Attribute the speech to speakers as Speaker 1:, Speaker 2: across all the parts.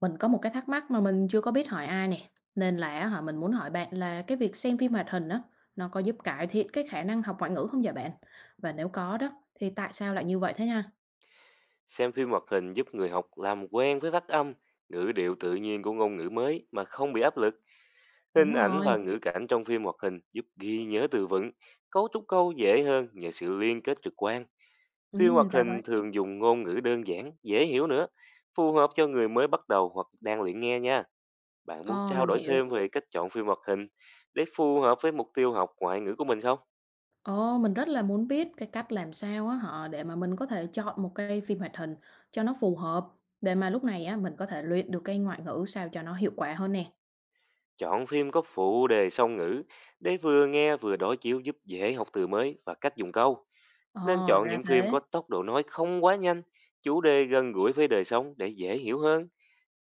Speaker 1: Mình có một cái thắc mắc mà mình chưa có biết hỏi ai nè, nên là á hả mình muốn hỏi bạn là cái việc xem phim hoạt hình đó nó có giúp cải thiện cái khả năng học ngoại ngữ không vậy bạn? Và nếu có đó, thì tại sao lại như vậy thế nha?
Speaker 2: Xem phim hoạt hình giúp người học làm quen với phát âm, ngữ điệu tự nhiên của ngôn ngữ mới mà không bị áp lực.
Speaker 1: Đúng
Speaker 2: Hình ảnh
Speaker 1: rồi,
Speaker 2: và ngữ cảnh trong phim hoạt hình giúp ghi nhớ từ vựng, cấu trúc câu dễ hơn nhờ sự liên kết trực quan. Phim hoạt
Speaker 1: ừ, ra vậy.
Speaker 2: hình thường dùng ngôn ngữ đơn giản, dễ hiểu nữa, phù hợp cho người mới bắt đầu hoặc đang luyện nghe nha. Bạn muốn
Speaker 1: Ồ,
Speaker 2: trao
Speaker 1: mình
Speaker 2: đổi
Speaker 1: hiểu.
Speaker 2: thêm về cách chọn phim hoạt hình để phù hợp với mục tiêu học ngoại ngữ của mình không?
Speaker 1: Ồ, mình rất là muốn biết cái cách làm sao á để mà mình có thể chọn một cái phim hoạt hình cho nó phù hợp, để mà lúc này á mình có thể luyện được cái ngoại ngữ sao cho nó hiệu quả hơn nè.
Speaker 2: Chọn phim có phụ đề song ngữ để vừa nghe vừa đối chiếu giúp dễ học từ mới và cách dùng câu. Nên
Speaker 1: Ồ,
Speaker 2: chọn
Speaker 1: ra
Speaker 2: những phim
Speaker 1: thế.
Speaker 2: có tốc độ nói không quá nhanh, chủ đề gần gũi với đời sống để dễ hiểu hơn.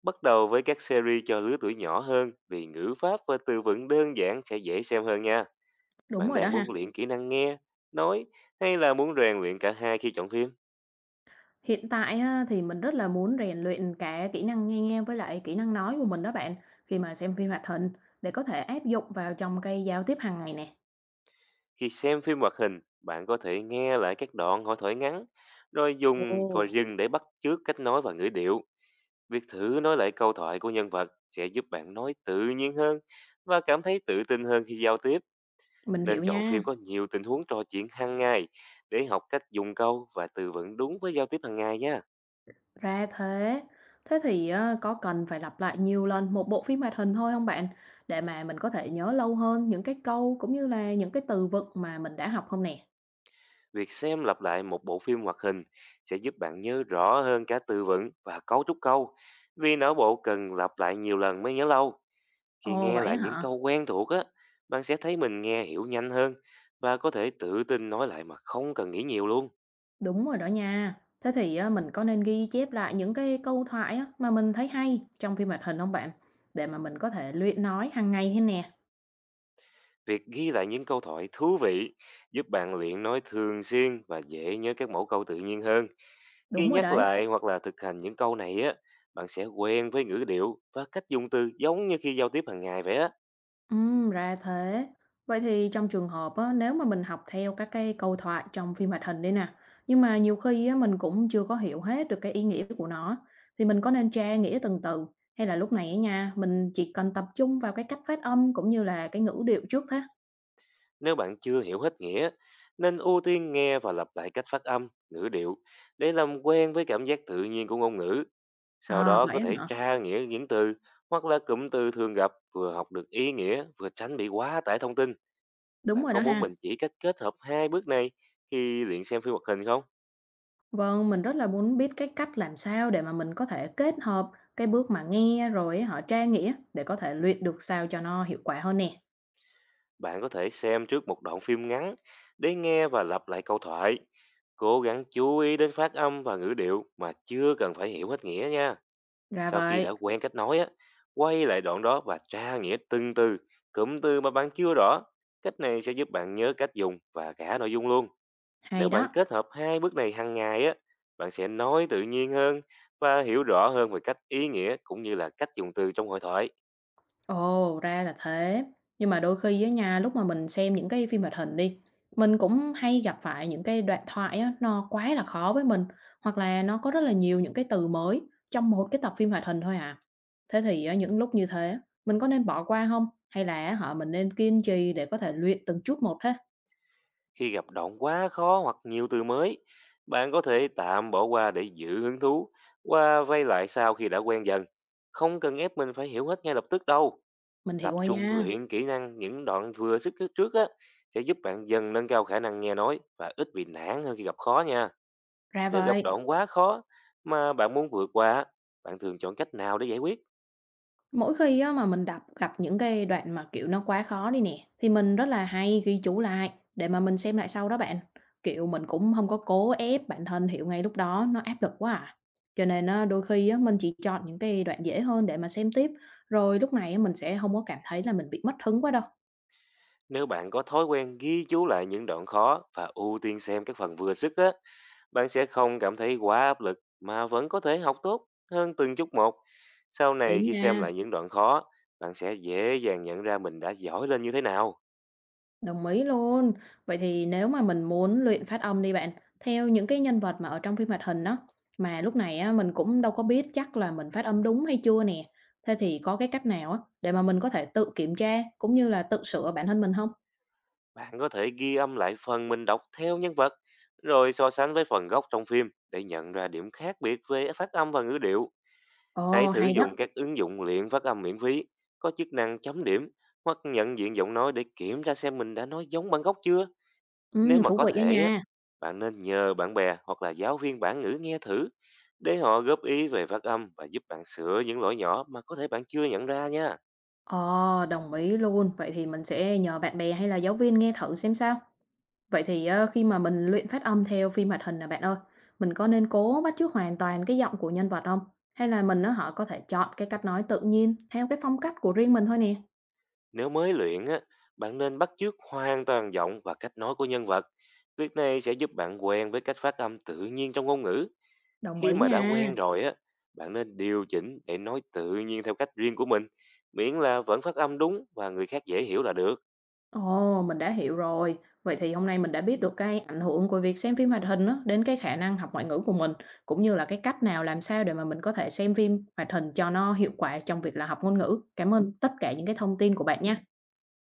Speaker 2: Bắt đầu với các series cho lứa tuổi nhỏ hơn vì ngữ pháp và từ vựng đơn giản sẽ dễ xem hơn nha.
Speaker 1: Đúng
Speaker 2: Bạn
Speaker 1: rồi đó
Speaker 2: đang
Speaker 1: ha.
Speaker 2: muốn luyện kỹ năng nghe, nói hay là muốn rèn luyện cả hai khi chọn phim?
Speaker 1: Hiện tại á, thì mình rất là muốn rèn luyện cả kỹ năng nghe nghe với lại kỹ năng nói của mình đó bạn, khi mà xem phim hoạt hình để có thể áp dụng vào trong cái giao tiếp hàng ngày nè.
Speaker 2: Khi xem phim hoạt hình, bạn có thể nghe lại các đoạn hội thoại ngắn, rồi
Speaker 1: Ồ,
Speaker 2: dùng gọi dừng để bắt chước cách nói và ngữ điệu. Việc thử nói lại câu thoại của nhân vật sẽ giúp bạn nói tự nhiên hơn và cảm thấy tự tin hơn khi giao tiếp.
Speaker 1: mình
Speaker 2: Nên
Speaker 1: hiểu
Speaker 2: chọn
Speaker 1: nha,
Speaker 2: phim có nhiều tình huống trò chuyện hàng ngày để học cách dùng câu và từ vựng đúng với giao tiếp hàng ngày nha.
Speaker 1: ra thế. Thế thì có cần phải lặp lại nhiều lần một bộ phim hoạt hình thôi không bạn? Để mà mình có thể nhớ lâu hơn những cái câu cũng như là những cái từ vựng mà mình đã học không nè?
Speaker 2: Việc xem lặp lại một bộ phim hoạt hình sẽ giúp bạn nhớ rõ hơn cả từ vựng và cấu trúc câu, vì não bộ cần lặp lại nhiều lần mới nhớ lâu. Khi
Speaker 1: Ồ
Speaker 2: nghe
Speaker 1: vậy á
Speaker 2: lại những
Speaker 1: hả?
Speaker 2: câu quen thuộc á, bạn sẽ thấy mình nghe hiểu nhanh hơn và có thể tự tin nói lại mà không cần nghĩ nhiều luôn.
Speaker 1: Đúng rồi đó nha. Thế thì á, mình có nên ghi chép lại những cái câu thoại á, mà mình thấy hay trong phim hoạt hình không bạn? Để mà mình có thể luyện nói hàng ngày thế nè.
Speaker 2: Việc ghi lại những câu thoại thú vị giúp bạn luyện nói thường xuyên và dễ nhớ các mẫu câu tự nhiên hơn. Khi
Speaker 1: Đúng rồi
Speaker 2: nhắc
Speaker 1: đấy.
Speaker 2: lại hoặc là thực hành những câu này á, bạn sẽ quen với ngữ điệu và cách dùng từ giống như khi giao tiếp hàng ngày vậy á.
Speaker 1: Ra thế. Vậy thì trong trường hợp á, nếu mà mình học theo các cái câu thoại trong phim hoạt hình đi nè, nhưng mà nhiều khi á, mình cũng chưa có hiểu hết được cái ý nghĩa của nó, thì mình có nên tra nghĩa từng từ hay là lúc này á nha, mình chỉ cần tập trung vào cái cách phát âm cũng như là cái ngữ điệu trước thế?
Speaker 2: Nếu bạn chưa hiểu hết nghĩa, nên ưu tiên nghe và lặp lại cách phát âm, ngữ điệu để làm quen với cảm giác tự nhiên của ngôn ngữ. Sau
Speaker 1: À,
Speaker 2: đó
Speaker 1: vậy
Speaker 2: có
Speaker 1: á
Speaker 2: thể
Speaker 1: hả?
Speaker 2: tra nghĩa những từ hoặc là cụm từ thường gặp vừa học được ý nghĩa vừa tránh bị quá tải thông tin.
Speaker 1: Đúng
Speaker 2: Bạn
Speaker 1: rồi
Speaker 2: có
Speaker 1: đó
Speaker 2: muốn
Speaker 1: ha.
Speaker 2: mình chỉ cách kết hợp hai bước này khi luyện xem phim hoạt hình không?
Speaker 1: Vâng, mình rất là muốn biết cái cách làm sao để mà mình có thể kết hợp cái bước mà nghe rồi tra nghĩa để có thể luyện được sao cho nó hiệu quả hơn nè.
Speaker 2: Bạn có thể xem trước một đoạn phim ngắn để nghe và lặp lại câu thoại. Cố gắng chú ý đến phát âm và ngữ điệu mà chưa cần phải hiểu hết nghĩa nha.
Speaker 1: Ra
Speaker 2: Sau khi đã
Speaker 1: vậy,
Speaker 2: quen cách nói á, quay lại đoạn đó và tra nghĩa từng từ, cụm từ mà bạn chưa rõ. Cách này sẽ giúp bạn nhớ cách dùng và cả nội dung luôn.
Speaker 1: hay
Speaker 2: Nếu bạn
Speaker 1: đó.
Speaker 2: kết hợp hai bước này hàng ngày á, bạn sẽ nói tự nhiên hơn và hiểu rõ hơn về cách ý nghĩa cũng như là cách dùng từ trong hội thoại.
Speaker 1: Ồ, ra là thế. Nhưng mà đôi khi á nha, lúc mà mình xem những cái phim hoạt hình đi, mình cũng hay gặp phải những cái đoạn thoại á, nó quá là khó với mình, hoặc là nó có rất là nhiều những cái từ mới trong một cái tập phim hoạt hình thôi à. Thế thì á, những lúc như thế, mình có nên bỏ qua không? Hay là mình nên kiên trì để có thể luyện từng chút một thế?
Speaker 2: Khi gặp đoạn quá khó hoặc nhiều từ mới, bạn có thể tạm bỏ qua để giữ hứng thú và vay lại sau khi đã quen dần. Không cần ép mình phải hiểu hết ngay lập tức đâu.
Speaker 1: Mình hiểu
Speaker 2: Tập
Speaker 1: rồi
Speaker 2: trung
Speaker 1: nha,
Speaker 2: luyện kỹ năng những đoạn vừa sức trước trước á sẽ giúp bạn dần nâng cao khả năng nghe nói và ít bị nản hơn khi gặp khó nha.
Speaker 1: ra
Speaker 2: Nếu gặp
Speaker 1: vậy.
Speaker 2: đoạn quá khó mà bạn muốn vượt qua, bạn thường chọn cách nào để giải quyết?
Speaker 1: Mỗi khi á, mà mình đọc gặp những cái đoạn mà, kiểu, nó quá khó đi nè, thì mình rất là hay ghi chú lại để mà mình xem lại sau đó bạn. Kiểu, mình cũng không có cố ép bản thân hiểu ngay lúc đó, nó áp lực quá à. Cho nên á, đôi khi á, mình chỉ chọn những cái đoạn dễ hơn để mà xem tiếp, rồi lúc này á, mình sẽ không có cảm thấy là mình bị mất hứng quá đâu.
Speaker 2: Nếu bạn có thói quen ghi chú lại những đoạn khó và ưu tiên xem các phần vừa sức á, bạn sẽ không cảm thấy quá áp lực mà vẫn có thể học tốt hơn từng chút một. Sau
Speaker 1: Lý
Speaker 2: này khi xem
Speaker 1: nha.
Speaker 2: lại những đoạn khó, bạn sẽ dễ dàng nhận ra mình đã giỏi lên như thế nào.
Speaker 1: Đồng ý luôn. Vậy thì nếu mà mình muốn luyện phát âm đi bạn, theo những cái nhân vật mà ở trong phim hoạt hình đó, mà lúc này á, mình cũng đâu có biết chắc là mình phát âm đúng hay chưa nè. Thế thì có cái cách nào á, để mà mình có thể tự kiểm tra cũng như là tự sửa bản thân mình không?
Speaker 2: Bạn có thể ghi âm lại phần mình đọc theo nhân vật, rồi so sánh với phần gốc trong phim để nhận ra điểm khác biệt về phát âm và ngữ điệu. Hãy
Speaker 1: Ồ,
Speaker 2: thử
Speaker 1: hay đó.
Speaker 2: dùng các ứng dụng luyện phát âm miễn phí, có chức năng chấm điểm hoặc nhận diện giọng nói để kiểm tra xem mình đã nói giống bản gốc chưa. Nếu
Speaker 1: Ừ,
Speaker 2: mà
Speaker 1: thú
Speaker 2: có
Speaker 1: vị đó
Speaker 2: thể, á,
Speaker 1: nha.
Speaker 2: bạn nên nhờ bạn bè hoặc là giáo viên bản ngữ nghe thử để họ góp ý về phát âm và giúp bạn sửa những lỗi nhỏ mà có thể bạn chưa nhận ra nha.
Speaker 1: Ồ, đồng ý luôn. Vậy thì mình sẽ nhờ bạn bè hay là giáo viên nghe thử xem sao. Vậy thì á, khi mà mình luyện phát âm theo phim hoạt hình nè bạn ơi, mình có nên cố bắt chước hoàn toàn cái giọng của nhân vật không? Hay là mình nó họ có thể chọn cái cách nói tự nhiên theo cái phong cách của riêng mình thôi nè?
Speaker 2: Nếu mới luyện, á, bạn nên bắt chước hoàn toàn giọng và cách nói của nhân vật. Việc này sẽ giúp bạn quen với cách phát âm tự nhiên trong ngôn ngữ.
Speaker 1: Đồng
Speaker 2: Khi
Speaker 1: ý
Speaker 2: mà đã
Speaker 1: nha.
Speaker 2: quen rồi á, bạn nên điều chỉnh để nói tự nhiên theo cách riêng của mình, miễn là vẫn phát âm đúng và người khác dễ hiểu là được.
Speaker 1: Ồ, mình đã hiểu rồi. Vậy thì hôm nay mình đã biết được cái ảnh hưởng của việc xem phim hoạt hình á, đến cái khả năng học ngoại ngữ của mình, cũng như là cái cách nào làm sao để mà mình có thể xem phim hoạt hình cho nó hiệu quả trong việc là học ngôn ngữ. Cảm ơn tất cả những cái thông tin của bạn nha.